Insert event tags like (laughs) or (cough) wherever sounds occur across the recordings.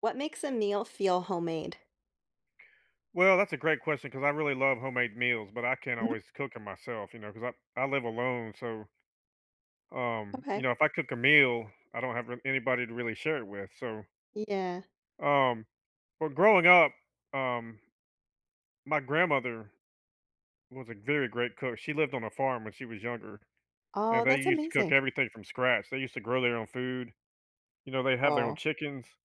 What makes a meal feel homemade? Well, that's a great question because I really love homemade meals, but I can't Mhm. always cook them myself, you know, because I live alone. So, you know, Okay. if I cook a meal, I don't have anybody to really share it with. So, Yeah. um, but growing up, um, my grandmother was a very great cook. She lived on a farm when she was younger, Oh, and they that's used to cook amazing. everything from scratch. They used to grow their own food. You know, they have their own Oh. chickens.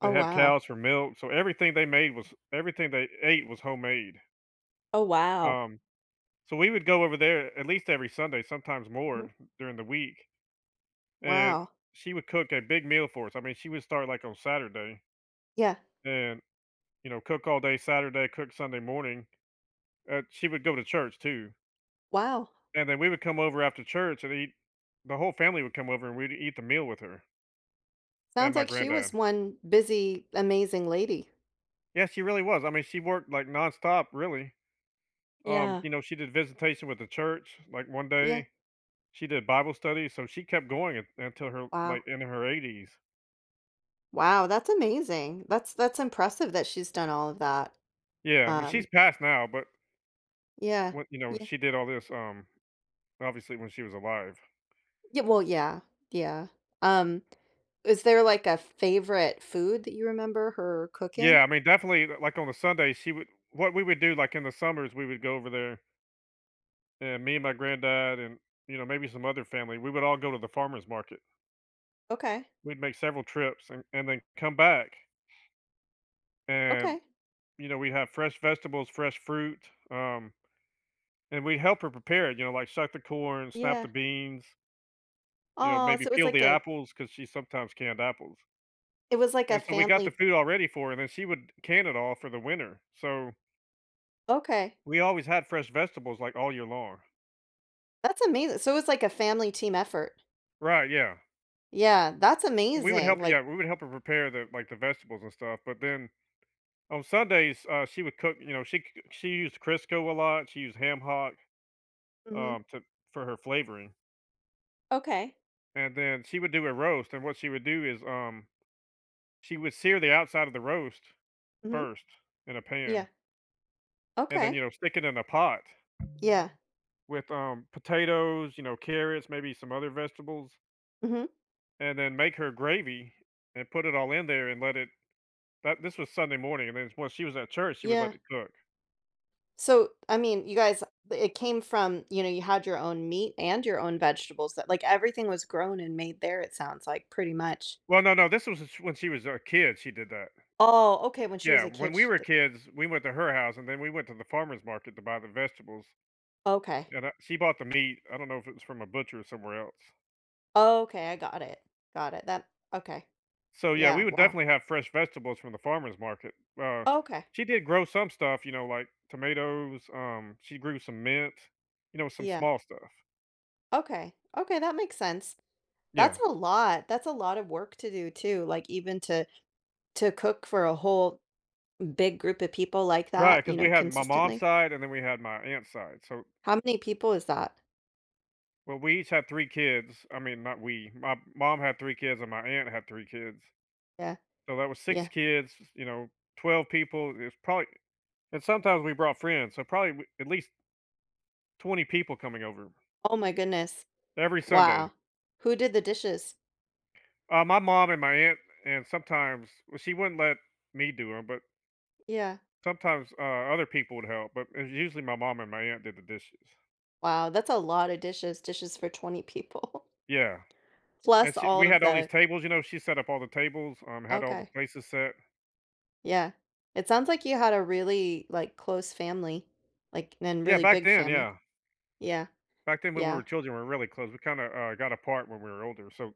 They Oh, had wow. cows for milk, so everything they ate was homemade. Oh, wow. Um, So we would go over there at least every Sunday, sometimes Mhm. more during the week, and Wow. she would cook a big meal for us. I mean, she would start like on Saturday Yeah. and, you know, cook all day Saturday, cook Sunday morning. She would go to church too. Wow. And then we would come over after church and eat. The whole family would come over and we'd eat the meal with her and Sounds my like she was granddad. one busy, amazing lady. Yeah, she really was. I mean, she worked like nonstop, really. Yeah. You know, she did visitation with the church like one Yeah. day. She did Bible study, so she kept until her like Wow. in her 80s. Wow, that's amazing. That's impressive that she's done all of that. Yeah, well, she's Um, passed now, but yeah. when you know, Yeah. she did all this, obviously when she was alive. Yeah, well, yeah. Yeah. Um, is there like a favorite food that you remember her cooking? Yeah, I mean, definitely, like, on the Sunday, she would what we would do, like, in the summers, we would go over there, and me and my granddad and, you know, maybe some other family, we would all go to the farmer's market. Okay. We'd make several trips and then come back, and, Okay. you know, we'd have fresh vegetables, fresh fruit, um, and we'd help her prepare it, you know, like, suck the corn, snap the Yeah. beans, you know, Oh, maybe so peel the apples because she sometimes canned apples. it was like a And so we got the family food all ready for her, and then she would can it all for the winter. So okay, we always had fresh vegetables like all year long. that's amazing. So it was like a family team effort. Right, yeah. Yeah, that's We would amazing, help yeah, like. we would help her prepare the like the vegetables and stuff. But then on Sundays, she would cook, you know, she used Crisco a lot, she used ham hock Mhm. To for her flavoring. Okay. And then she would do a roast, and what she would do is she would sear the outside of the roast Mhm. first in a Yeah. pan, and then Okay. you know, stick it in a pot Yeah. with potatoes, you know, carrots, maybe some other vegetables Mhm. and then make her gravy and put it all in there and let it that this was Sunday morning, and then when she was at church she would let Yeah. it cook. So, I mean, you guys it came from, you know, you had your own meat and your own vegetables that, like, everything was grown and made there, it sounds like, pretty much. Well, no, no, this was when she was a kid she did that. Oh, okay, when she Yeah, was a when kid, we she were did tha kids, we went to her house and then we went to the farmer's market to buy the vegetables Okay. and she bought the meat. I don't know if it was from a butcher or somewhere else. Okay, I got it. Got it. That, okay. So yeah, we Yeah, would wow. definitely have fresh vegetables from the farmer's market. Uh Okay. she did grow some stuff, you know, like tomatoes, she grew some mint, you know, some Yeah. small stuff. Okay. Okay, that makes sense. Yeah. That's a lot. That's a lot of work to do too. Like, even to cook for a whole big group of people like Right, that, you because we know, had my mom's consistently. side and then we had my aunt's side, so How many people is that? well, we each had 3 kids. I mean, not we, my mom had 3 kids and my aunt had 3 kids. Yeah. So that was 6 Yeah. kids, you know, 12 people. It's probably and sometimes we brought friends, so probably w at least 20 people coming over Oh my goodness. every Sunday. Wow. Who did the dishes? My mom and my aunt and sometimes well, she wouldn't let me do them, but Yeah. sometimes, other people would help, but it was usually my mom and my aunt did the dishes. Wow, that's a lot of dishes. Dishes for 20 people. Yeah. (laughs) And Plus she all we of had all these the. tables, you know, she set up all the tables, had all the Okay. places set. Yeah. It sounds like you had a really, like, close family, like, and really big family. Yeah. Yeah. Back then when we Yeah. were children, we were really close. We kinda, got apart when we were older, so,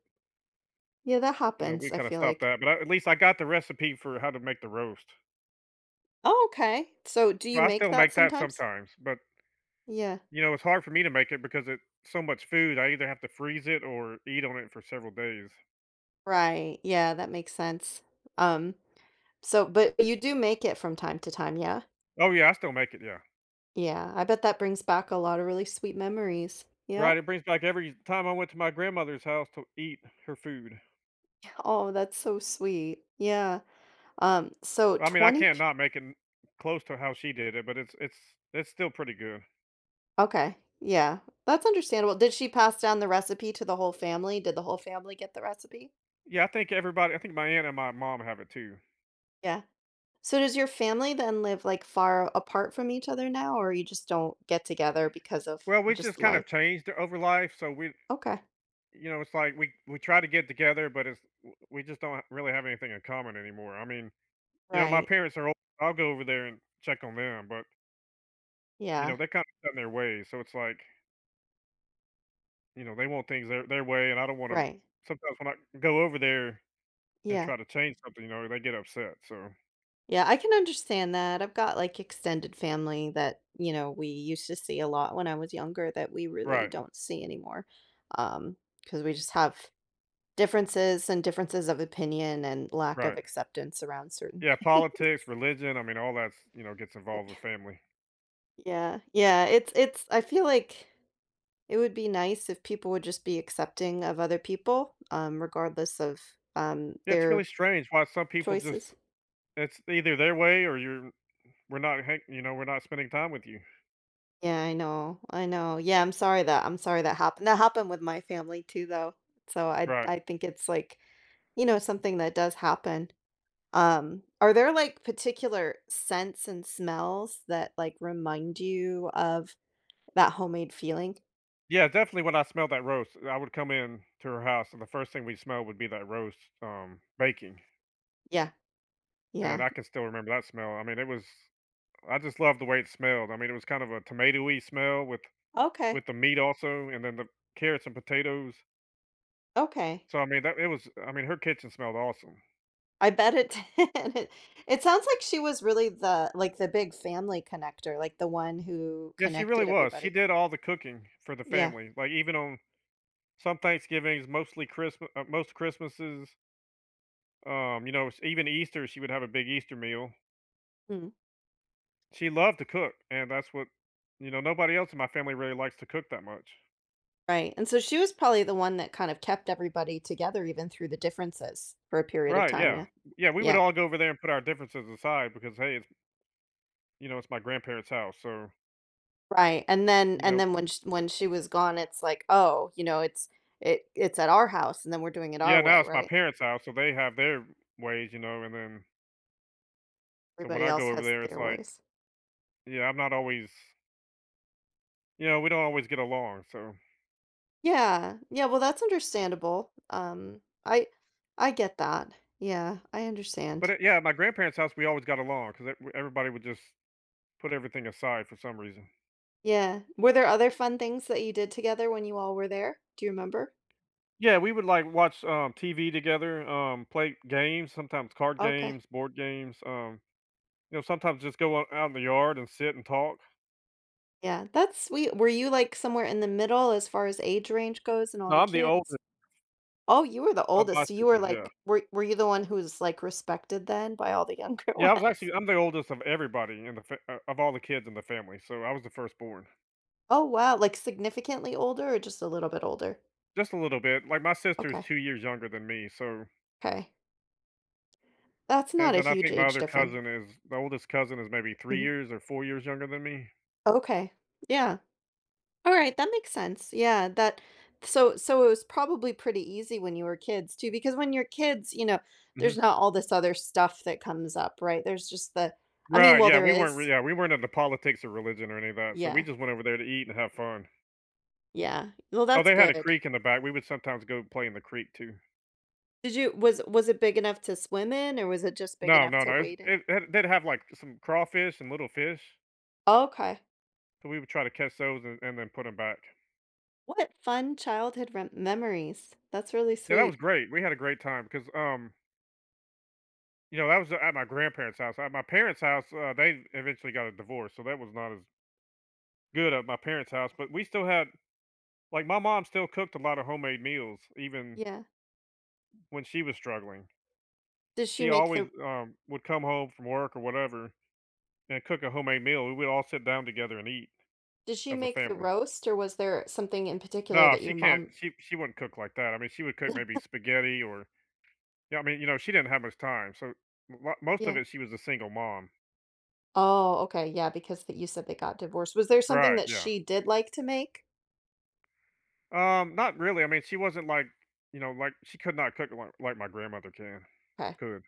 Yeah, that you know, we happens, I kinda feel stopped like. that, but I at least I got the recipe for how to make the roast. Oh, okay. So do you Well, I make still that make that sometimes? sometimes, but, Yeah. you know, it's hard for me to make it because it's so much food, I either have to freeze it or eat on it for several days. Right. Yeah, that makes sense. Um, so, but you do make it from time to time, yeah? Oh, yeah, I still make it, yeah. Yeah. I bet that brings back a lot of really sweet memories. Yeah? Right, it brings back every time I went to my grandmother's house to eat her food. Oh, that's so sweet. Yeah. So I mean, I 20 can't . not make it close to how she did it, but it's still pretty good. Okay. Yeah. That's understandable. Did she pass down the recipe to the whole family? Did the whole family get the recipe? Yeah, I think everybody I think my aunt and my mom have it too. Yeah. So does your family then live, like, far apart from each other now, or you just don't get together because of Well, we just just kind of life? changed it over life, so we Okay. you know, it's like we try to get together, but it's we just don't really have anything in common anymore. I mean, you know, my Right. parents are old, I'll go over there and check on them, but, you know, Yeah. they're kinda set in their ways, so it's like, you know, they want things their way, and I don't wanna Right. sometimes when I go over there and Yeah. try to change something, you know, they get upset, so Yeah, I can understand that. I've got, like, extended family that, you know, we used to see a lot when I was younger that we really Right, don't see anymore. Um, because we just have differences, and differences of opinion and lack of right. acceptance around certain Yeah, (laughs) things. politics, religion, I mean, all that's, you know, gets involved with family. Yeah. Yeah, it's, I feel like it would be nice if people would just be accepting of other people, regardless of Yeah, it's really their strange why some people choices. just it's either their way or you're we're not hang you know, we're not spending time with you. Yeah, I know, I know. Yeah, I'm sorry that, happened. That happened with my family too, though. So I Right. I think it's like, you know, something that does happen. Are there, like, particular scents and smells that, like, remind you of that homemade feeling? Yeah, definitely when I smelled that roast, I would come in to her house and the first thing we'd smell would be that roast, baking. Yeah, And yeah. I can still remember that smell. I just loved the way it smelled. I mean, it was kind of a tomatoey smell with Okay, the meat also and then the carrots and potatoes. okay. So I mean, that it was I mean, her kitchen smelled awesome. I bet it did. (laughs) It, it sounds like she was really the big family connector, like the one who Yeah, she really connected was. She everybody. did all the cooking for the Yeah. family. Like even on some Thanksgivings, mostly Christmas, most Christmases, you know, even Easter, she would have a big Easter meal. Hmm. She loved to cook, and that's what, you know, nobody else in my family really likes to cook that much. Right, and so she was probably the one that kind of kept everybody together even through the differences for a period of Right? time, Yeah, yeah. yeah. We would Yeah, all go over there and put our differences aside because hey, it's you know, it's my grandparents' house, so right, and then you and know, then when she was gone, it's like, "Oh, you know, it's at our house, and then we're doing it yeah. our Now way," it's my right? parents' house, so they have their ways, you know, and then so when Everybody I go else over has there, it's their like, ways. yeah, I'm not always, you know, we don't always get along, so. Yeah, yeah, well, that's understandable, I get that. Yeah, I But, understand. Yeah, at my grandparents' house, we always got along because everybody would just put everything aside for some reason. Yeah. Were there other fun things that you did together when you all were there? Do you remember? Yeah, we would, like, watch, TV together, play games, sometimes card Okay. games, board games, you know, sometimes just go o out in the yard and sit and talk. Yeah, that's sweet. Were you, like, somewhere in the middle as far as age range goes and all No, the I'm the oldest kids? Oh, you were the of my oldest, so you were, siblings, yeah. like, were you the one who was, like, respected then by all the younger (laughs) Yeah, I was actually ones? I'm the oldest of everybody in the fa of all the kids in the family, so I was the firstborn. Oh, wow, like, significantly older or just a little bit older? Just a little bit, like, my sister's Okay, 2 years younger than me, so okay, that's not and a then I huge think my age other difference. cousin is the oldest cousin is maybe 3 Mhm. years or 4 years younger than me. Okay. Yeah. Alright, that makes sense. Yeah, that so so it was probably pretty easy when you were kids too, because when you're kids, you know, Mhm. there's not all this other stuff that comes up, right? There's just the. I mean, Right, well, yeah, there we weren't re is. yeah, we weren't into politics or religion or any of that, so we Yeah. just went over there to eat and have fun. Yeah. Well, Oh, that's they had a good. creek in the back, we would sometimes go play in the creek too. Did you was it big enough to swim in, or was it just big No, enough no, to no, wade in? It they'd have, like, some crawfish and little fish, Okay. so we would try to catch those and then put them back. What fun childhood rem memories. That's really Yeah, that was sweet. great, we had a great time because, um, you know, that was at my grandparents' house. At my parents' house, they eventually got a divorce, so that was not as good at my parents' house, but we still had my mom still cooked a lot of homemade meals even Yeah. when she was struggling. Did she She make always the would come home from work or whatever and cook a homemade meal. We would all sit down together and eat did she as a make the family. roast, or was there something in particular No, that she your can't. mom. She wouldn't cook like that. I mean, she would cook maybe spaghetti or yeah. I mean, you know, she didn't have much time, so most of Yeah. it she was a single mom. Oh, okay, yeah, because that, you said they got divorced. Was there something Right. that Yeah. she did like to make? Not really. I mean, she wasn't like you know like she could not cook like my grandmother can Okay, could.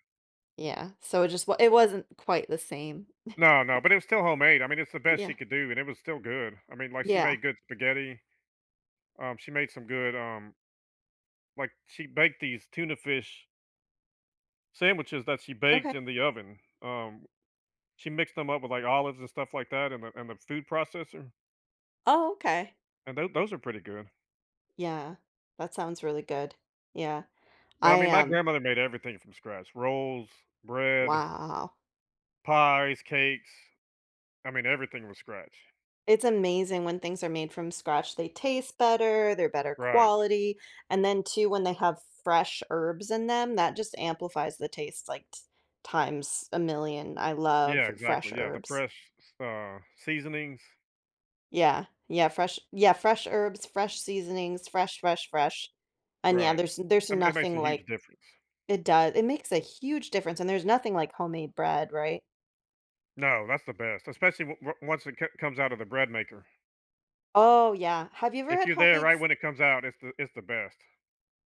yeah, so it just wa it wasn't quite the same. No, no, but it was still homemade. I mean, it's the best she Yeah, could do, and it was still good. I mean, like she yeah, made good spaghetti. She made some good like she baked these tuna fish sandwiches that she baked okay. in the oven. She mixed them up with like olives and stuff like that in the food processor, Oh, okay. and those are pretty good. Yeah, that sounds really good. Yeah, But I I, mean, my um grandmother made everything from scratch: rolls, bread, wow. pies, cakes. I mean, everything was scratch. It's amazing when things are made from scratch. They taste better, they're better Right. quality, and then too, when they have fresh herbs in them, that just amplifies the taste, like, t times a million. I Yeah. love fresh Exactly. Yeah. The herbs. fresh seasonings. Yeah, yeah, fresh, yeah, fresh herbs, fresh seasonings, fresh, fresh, fresh. And yeah, Right. there's I mean, it makes a nothing huge like. difference. It does. It makes a huge difference, and there's nothing like homemade bread, right? No, that's the best, especially once it comes out of the bread maker. Oh, yeah. Have you ever If had you're there homemade right s when it comes out, it's the best.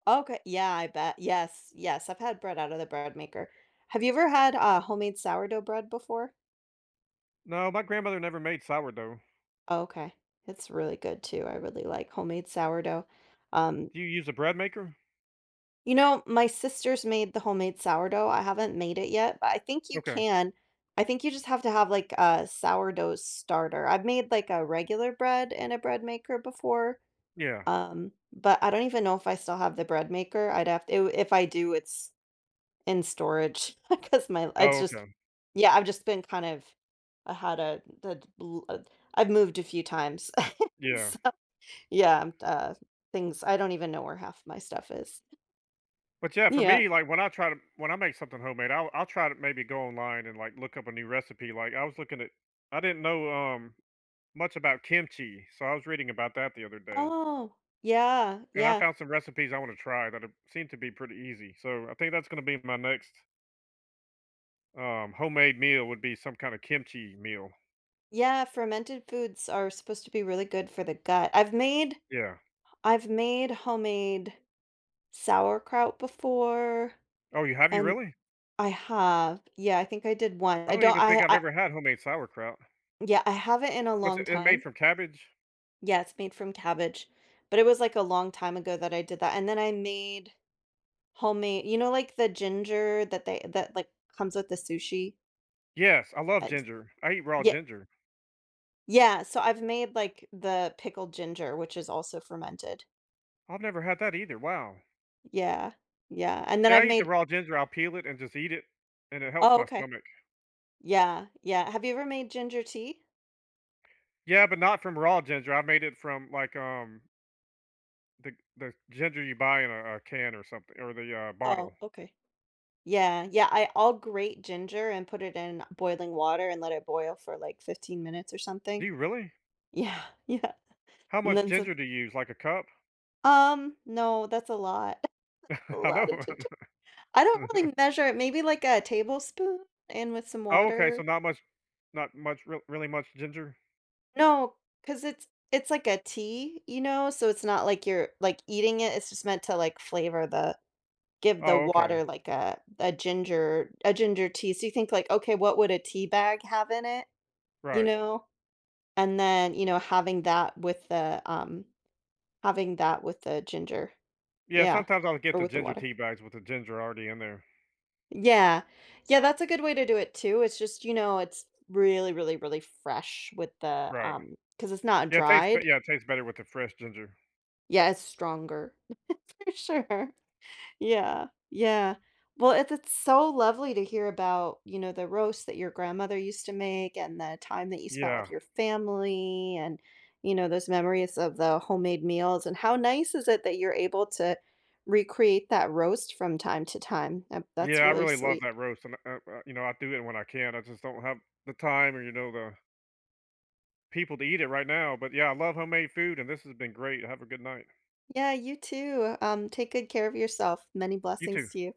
Okay, yeah, I bet. Yes, yes, I've had bread out of the bread maker. Have you ever had, homemade sourdough bread before? No, my grandmother never made sourdough. Okay. It's really good too. I really like homemade sourdough. Um Do you use a bread maker? You know, my sister's made the homemade sourdough. I haven't made it yet, but I think you Okay. can. I think you just have to have, like, a sourdough starter. I've made, like, a regular bread in a bread maker before, Yeah. But I don't even know if I still have the bread maker. I'd have to, if I do, it's in storage (laughs) because my, it's Oh, just, okay. yeah, I've just been kind of, I had a, the, I've moved a few times. (laughs) Yeah. So, yeah, things, I don't even know where half my stuff is. But yeah, (laughs) for Yeah. me, like when I try to when I make something homemade, I'll try to maybe go online and like look up a new recipe. Like I was looking at I didn't know much about kimchi, so I was reading about that the other day. Oh, yeah, And I yeah. found some recipes I want to try seem to be pretty easy. So I think that's going to be my next homemade meal would be some kind of kimchi meal. Yeah, fermented foods are supposed to be really good for the gut. I've made, Yeah. I've made homemade sauerkraut before, Oh, you and really? I have. Yeah, I think I did once. I I don't don't. even think I've I ever had homemade sauerkraut. Yeah, I haven't in a What's long it made time. from cabbage? Yeah, it's made from cabbage, but it was like a long time ago that I did that. And then I made homemade, you know, like the ginger that comes with the sushi. Yes, I love Uh, ginger. I eat raw Yeah, ginger. yeah, so I've made, like, the pickled ginger, which is also fermented. I've never had that either. Wow. Yeah, yeah, and then See, I I've eat the made. raw ginger. I'll peel it and just eat it, and it helps Oh, my okay. stomach. Yeah, yeah. Have you ever made ginger tea? Yeah, but not from raw ginger. I made it from like the the ginger you buy in a can or something, or the bottle. Oh, okay. Yeah, yeah, I all grate ginger and put it in boiling water and let it boil for, like, 15 minutes or Do something. you really? Yeah, (laughs) yeah, How and much then some. ginger do you use? Like a cup? No, that's a lot. (laughs) A (laughs) I know. lot of ginger. I don't really (laughs) measure it, maybe like a tablespoon and with some Oh, okay. So water. not much, really much ginger. No, cause it's like a tea, you know, so it's not like you're, like, eating it, it's just meant to, like, flavor the give the Oh, okay. water like a ginger tea, so you think like, "Okay, what would a tea bag have in it?" You Right. know? And then, you know, having that with the ginger. Yeah. Yeah, Sometimes I'll get or the with the ginger water. tea bags with the ginger already in there. Yeah. Yeah, that's a good way to do it too, it's just, you know, it's really, really, really fresh with Right. Because it's not Yeah, it tastes bet dried. yeah, it tastes better with the fresh ginger. Yeah, it's stronger. (laughs) For sure. Yeah. Yeah. Well, it's so lovely to hear about, you know, the roast that your grandmother used to make and the time that you spent with Yeah. your family and, you know, those memories of the homemade meals. And how nice is it that you're able to recreate that roast from time to time? Yeah, That's I really really love sweet. that roast, and, you know, I do it when I can, I just don't have the time or, you know, the people to eat it right now, but, yeah, I love homemade food, and this has been great, have a good night. Yeah, you too. Take good care of yourself. Many You blessings too. to you.